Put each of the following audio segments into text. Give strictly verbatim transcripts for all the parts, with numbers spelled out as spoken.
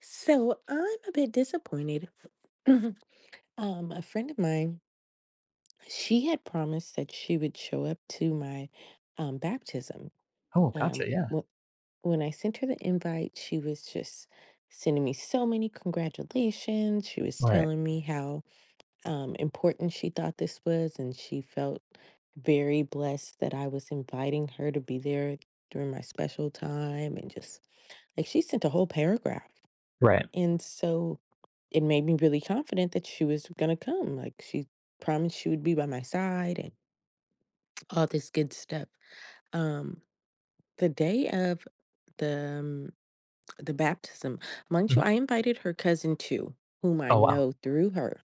So I'm a bit disappointed. um, a friend of mine, she had promised that she would show up to my um, baptism. Oh, gotcha, Um, yeah. wh- when I sent her the invite, she was just sending me so many congratulations. She was Right, telling me how um, important she thought this was, and she felt very blessed that I was inviting her to be there during my special time. And just like she sent a whole paragraph. right. And so it made me really confident that she was gonna come. Like she promised she would be by my side and all this good stuff. Um, the day of the um, the baptism, mind you, Mhm. I invited her cousin too, whom I Oh, wow. know through her.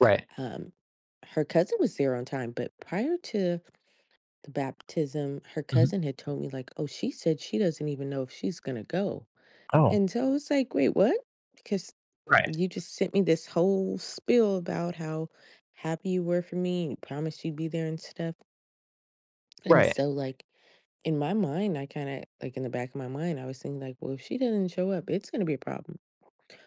Right. Um, Her cousin was there on time, but prior to the baptism, her Mhm. cousin had told me like, "Oh, she said she doesn't even know if she's gonna go," Oh, and so I was like, "Wait, what?" Because right, you just sent me this whole spiel about how happy you were for me. You promised you'd be there and stuff. And right. so, like, in my mind, I kind of, like, in the back of my mind, I was thinking, like, well, if she doesn't show up, it's going to be a problem.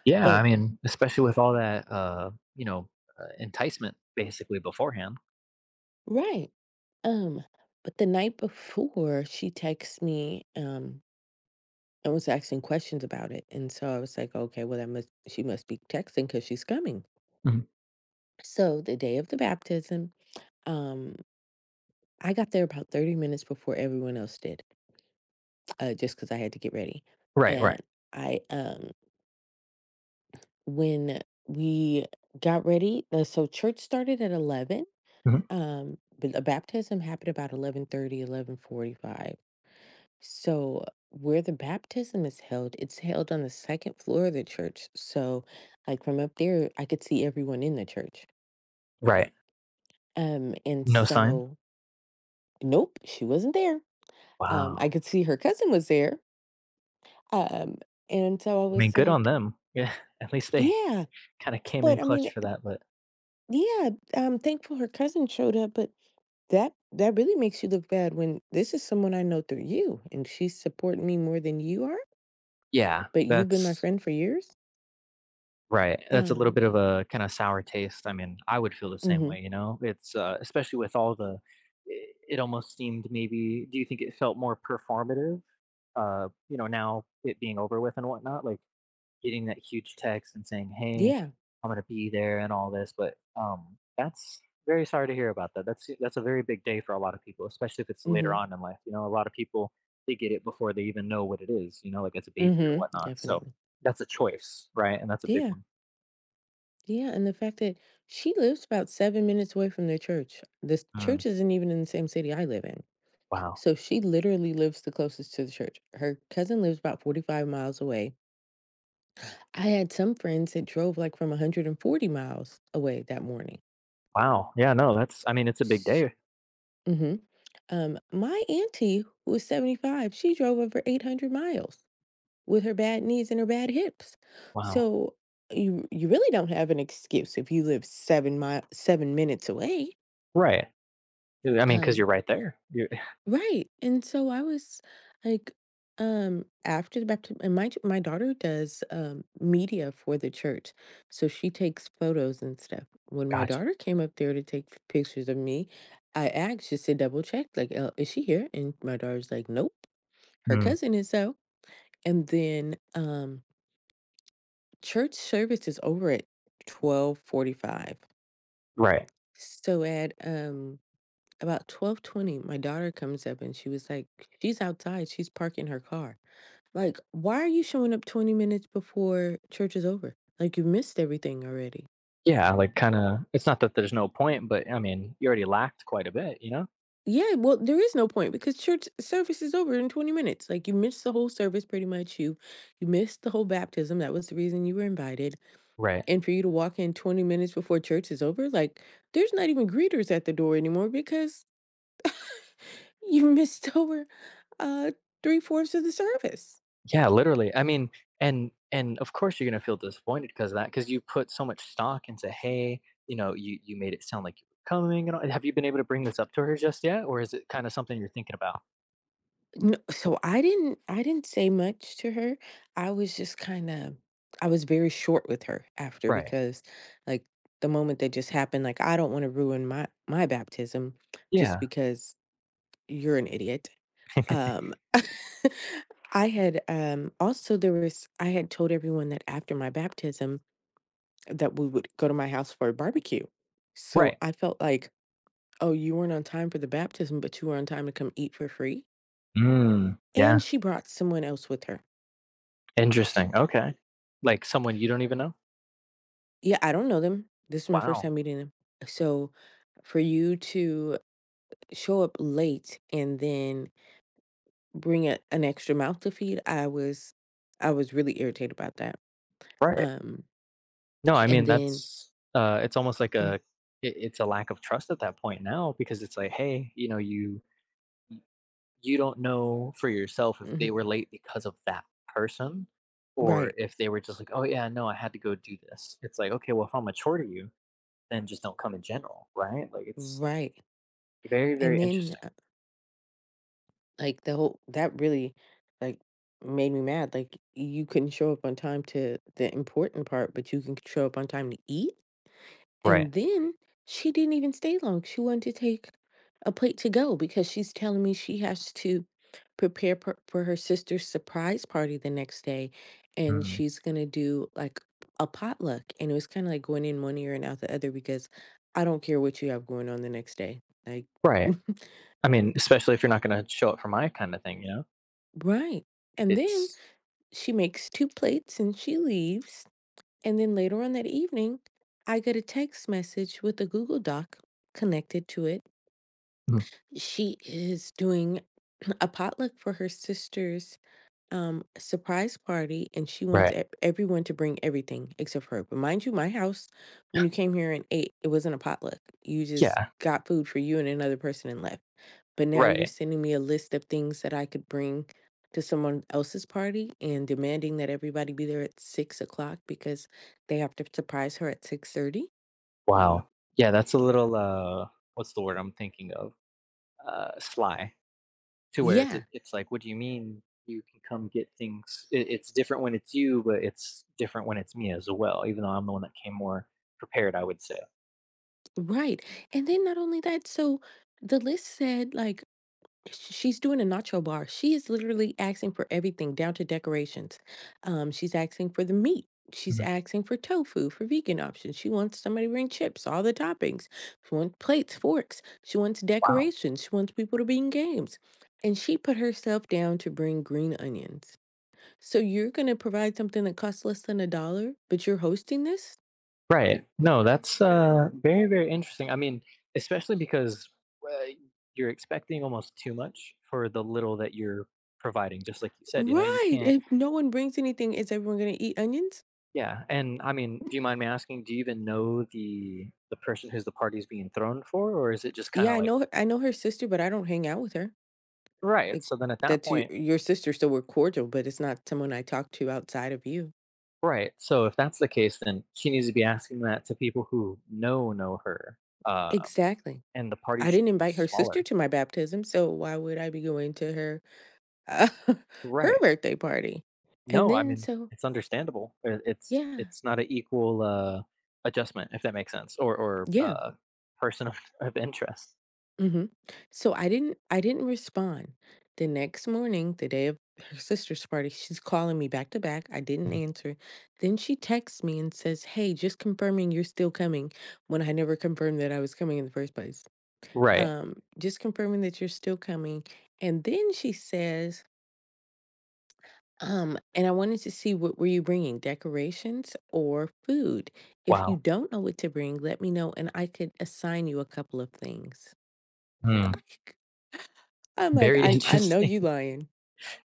Yeah, I But, mean, especially with all that, uh, you know, uh, enticement basically beforehand. right. Um, but the night before, she texts me, um, and was asking questions about it. And so I was like, okay, well, that must, she must be texting because she's coming. Mhm. So the day of the baptism, um, I got there about thirty minutes before everyone else did. Uh, just because I had to get ready. Right, And right. I, um, when we got ready, uh, so church started at eleven. Mhm. Um, but the baptism happened about eleven thirty, eleven forty-five. So where the baptism is held, it's held on the second floor of the church. So, like from up there, I could see everyone in the church. Right. Um, and No sign? so, nope, she wasn't there. Um, I Wow. could see her cousin was there. Um, and so I I mean, was good on like, them. Yeah, at least they yeah, kinda came but in I mean, clutch for that, but Yeah, I'm thankful her cousin showed up, but that that really makes you look bad when this is someone I know through you, and she's supporting me more than you are, yeah, but you've been my that's friend for years. right. That's a little Um, bit of a kinda sour taste. I mean, I would feel the same mhm. way, you know? It's, uh especially with all the I it almost seemed, maybe do you think it felt more performative? Uh, you know, now it being over with and whatnot, like, getting that huge text and saying, "Hey, Yeah. I'm gonna be there," and all this, but, um, that's, very sorry to hear about that. That's that's a very big day for a lot of people, especially if it's later Mhm. on in life, you know? A lot of people, they get it before they even know what it is, you know, like, it's a baby or Mhm. whatnot, so Definitely. that's a choice, right? And that's a big Yeah. one. Yeah, and the fact that she lives about seven minutes away from their church. This church Mm, isn't even in the same city I live in. wow. So she literally lives the closest to the church. Her cousin lives about forty-five miles away. I had some friends that drove like from one hundred forty miles away that morning. Wow. Yeah, no, that's I mean, it's a big S day. mhm. Um, my auntie, who was seventy-five, she drove over eight hundred miles with her bad knees and her bad hips. Wow. So you you really don't have an excuse if you live seven mi seven minutes away. Right. I mean, because 'cause Um, you're right there. You right, and so I was like, um, after the baptism, and my my daughter does um, media for the church, so she takes photos and stuff. When my gotcha. daughter came up there to take pictures of me, I asked just to double check, like, uh, is she here? And my daughter's like, nope, her Mm, cousin is so. And then um, church service is over at twelve forty-five. right. So at um about twelve twenty, my daughter comes up and she was like, she's outside, she's parking her car. Like, why are you showing up twenty minutes before church is over? Like, you missed everything already. Yeah, like, kinda it's not that there's no point, but, I mean, you already lacked quite a bit, you know? Yeah, well, there is no point because church service is over in twenty minutes. Like, you missed the whole service pretty much. You you missed the whole baptism. That was the reason you were invited. Right. And for you to walk in twenty minutes before church is over, like, there's not even greeters at the door anymore because you missed over uh three-fourths of the service. Yeah, literally. I mean, and and of course you're gonna feel disappointed because that, because you put so much stock into, "Hey," you know, you you made it sound like you were coming and all. Have you been able to bring this up to her just yet, or is it kinda something you're thinking about? No, so I didn't I didn't say much to her. I was just kind of I was very short with her after Right. because like the moment that just happened, like I don't want to ruin my my baptism just Yeah. because you're an idiot. Um I had um also there was I had told everyone that after my baptism that we would go to my house for a barbecue. So Right. I felt like, oh, you weren't on time for the baptism, but you were on time to come eat for free. Mm, yeah. And she brought someone else with her. Interesting, okay. Like, someone you don't even know? Yeah, I don't know them. This is my first Wow. time meeting them. So for you to show up late and then bring a, an extra mouth to feed, I was I was really irritated about that. Right. Um No, I and mean, then that's, uh, it's almost like go a it it's a lack of trust at that point now, because it's like, "Hey, you know, "you you don't know for yourself if Mhm, they were late because of that person, or right. if they were just like, 'Oh, yeah, no, I had to go do this.'" It's like, "Okay, well, if I'm mature to you, then just don't come in general," right? Like, it's Right. very, And very then interesting. uh, like the whole that really like made me mad. Like you couldn't show up on time to the important part, but you can show up on time to eat. Right. And then she didn't even stay long. She wanted to take a plate to go because she's telling me she has to prepare per- for her sister's surprise party the next day and Mm. she's going to do like a potluck. And it was kind of like going in one ear and out the other because I don't care what you have going on the next day. Like, Right. I mean, especially if you're not gonna show up for my kinda thing, you know? right. And then It's she makes two plates and she leaves. And then later on that evening, I get a text message with a Google Doc connected to it. Mhm. She is doing a potluck for her sister's, um, surprise party, and she wants Right. e everyone to bring everything except for her. But mind you, my house, when you came here and ate, it wasn't a potluck. You just Yeah. got food for you and another person and left. But now you're Right. sending me a list of things that I could bring to someone else's party and demanding that everybody be there at six o'clock because they have to surprise her at six thirty? Wow. Yeah, that's a little, uh what's the word I'm thinking of? Uh sly. To where it's Yeah, it's like, what do you mean you can come get things? It, it's different when it's you, but it's different when it's me as well, even though I'm the one that came more prepared, I would say. right, and then not only that, so the list said, like sh- she's doing a nacho bar. She is literally asking for everything down to decorations. Um, she's asking for the meat. She's Mhm. asking for tofu for vegan options. She wants somebody to bring chips, all the toppings. She wants plates, forks. She wants Wow. decorations. She wants people to bring games. And she put herself down to bring green onions. So you're going to provide something that costs less than a dollar, but you're hosting this? Right. No, that's uh very, very interesting. I mean, especially because uh, you're expecting almost too much for the little that you're providing. Just like you said, you know, you Right. can't. If no one brings anything, is everyone going to eat onions? Yeah, and I mean, do you mind me asking, do you even know the the person who's the party's being thrown for, or is it just Yeah, kinda I like, know I know her sister, but I don't hang out with her. right, Like, so then at that that's your point your sister, so we're cordial, but it's not someone I talk to outside of you. right, so if that's the case, then she needs to be asking that to people who know know her, uh, Exactly. and the party I didn't should be invite her sister smaller. to my baptism, so why would I be going to her uh, her Right. birthday party? And No, I then mean, so it's understandable. I it's Yeah. it's not an equal, uh, adjustment, if that makes sense, or or, Yeah. uh, person of of interest. Mhm. So I didn't I didn't respond. The next morning, the day of her sister's party, she's calling me back to back. I didn't Mhm. answer. Then she texts me and says, "Hey, just confirming you're still coming," when I never confirmed that I was coming in the first place. Right. Um, just confirming that you're still coming. And then she says, um, and I wanted to see what were you bringing, decorations or food? If you Wow. don't know what to bring, let me know and I could assign you a couple of things. Hmm. I'm like, Very I, I know interesting. you lying.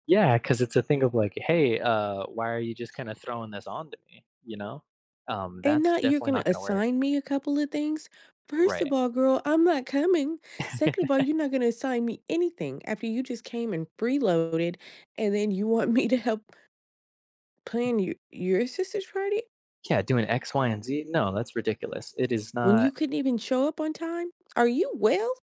Yeah, because it's a thing of like, "Hey, uh, why are you just kinda throwing this onto me?" You know? Um, And that's not you're definitely gonna not gonna work. assign me a couple of things. First of Right. all, girl, I'm not coming. Second of all, you're not gonna assign me anything after you just came and freeloaded and then you want me to help plan your, your sister's party? Yeah, doing X Y and Z? No, that's ridiculous. It is When you not couldn't even show up on time? Are you well?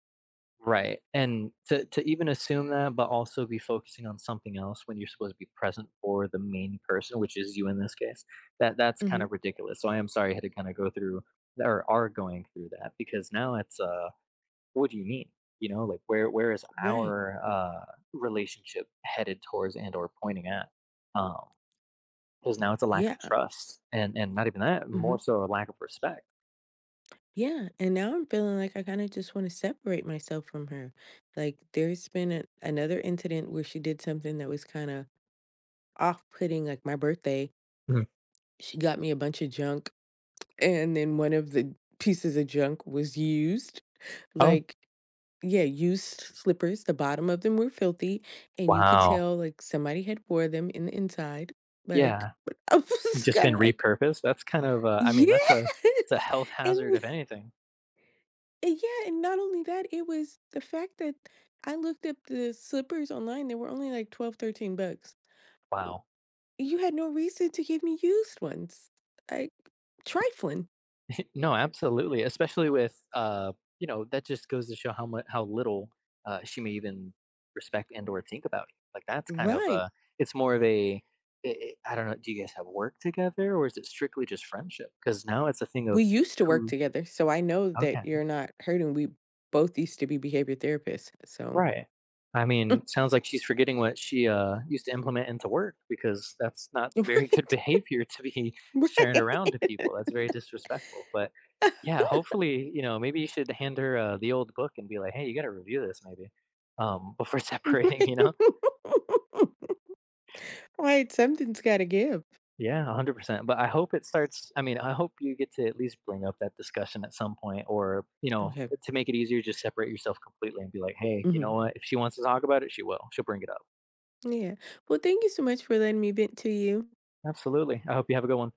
right. And to to even assume that, but also be focusing on something else when you're supposed to be present for the main person, which is you in this case. That that's kind Mhm. of ridiculous. So I am sorry I had to kinda go through or are going through that, because now it's, uh what do you mean? You know, like, where where is Right. our, uh, relationship headed towards and or pointing at? Because now it's a lack of Yeah. trust, and and not even that, Mhm. more so a lack of respect. Yeah, and now I'm feeling like I kinda just wanna separate myself from her. Like, there's been a another incident where she did something that was kinda off-putting, like my birthday. Mm. She got me a bunch of junk, and then one of the pieces of junk was used. Oh, Like yeah, used slippers, the bottom of them were filthy, and you could wow. tell, like, somebody had wore them in the inside. Like, Yeah, but I was just kinda been like repurposed. That's kind of, uh, I mean, that's a it's a yes! health hazard And if anything. and yeah, and not only that, it was the fact that I looked up the slippers online, they were only like twelve, thirteen bucks. W Wow. you had no reason to give me used ones. I trifling. No, absolutely, especially with, uh, you know, that just goes to show how much how little, uh, she may even respect and or think about you. Like, that's kind of, Right. uh it's more of a I I- I don't know. Do you guys have work together, or is it strictly just friendship? Because now it's a thing We of, used to work who. together, so I know that Okay. you're not hurting. We both used to be behavior therapists, so Right. I mean, sounds like she's forgetting what she, uh, used to implement into work, because that's not very right. good behavior to be sharing around to Right. people. That's very disrespectful. But yeah, hopefully, you know, maybe you should hand her, uh, the old book and be like, "Hey, you gotta review this maybe, um, before separating," Right. you know? Right, something's gotta give. Yeah, one hundred percent. But I hope it starts, I mean, I hope you get to at least bring up that discussion at some point or, you know, Okay. to make it easier, just separate yourself completely and be like, "Hey, you know Mhm. what? If she wants to talk about it, she will. She'll bring it up." Yeah. Well, thank you so much for letting me vent to you. Absolutely. I hope you have a good one.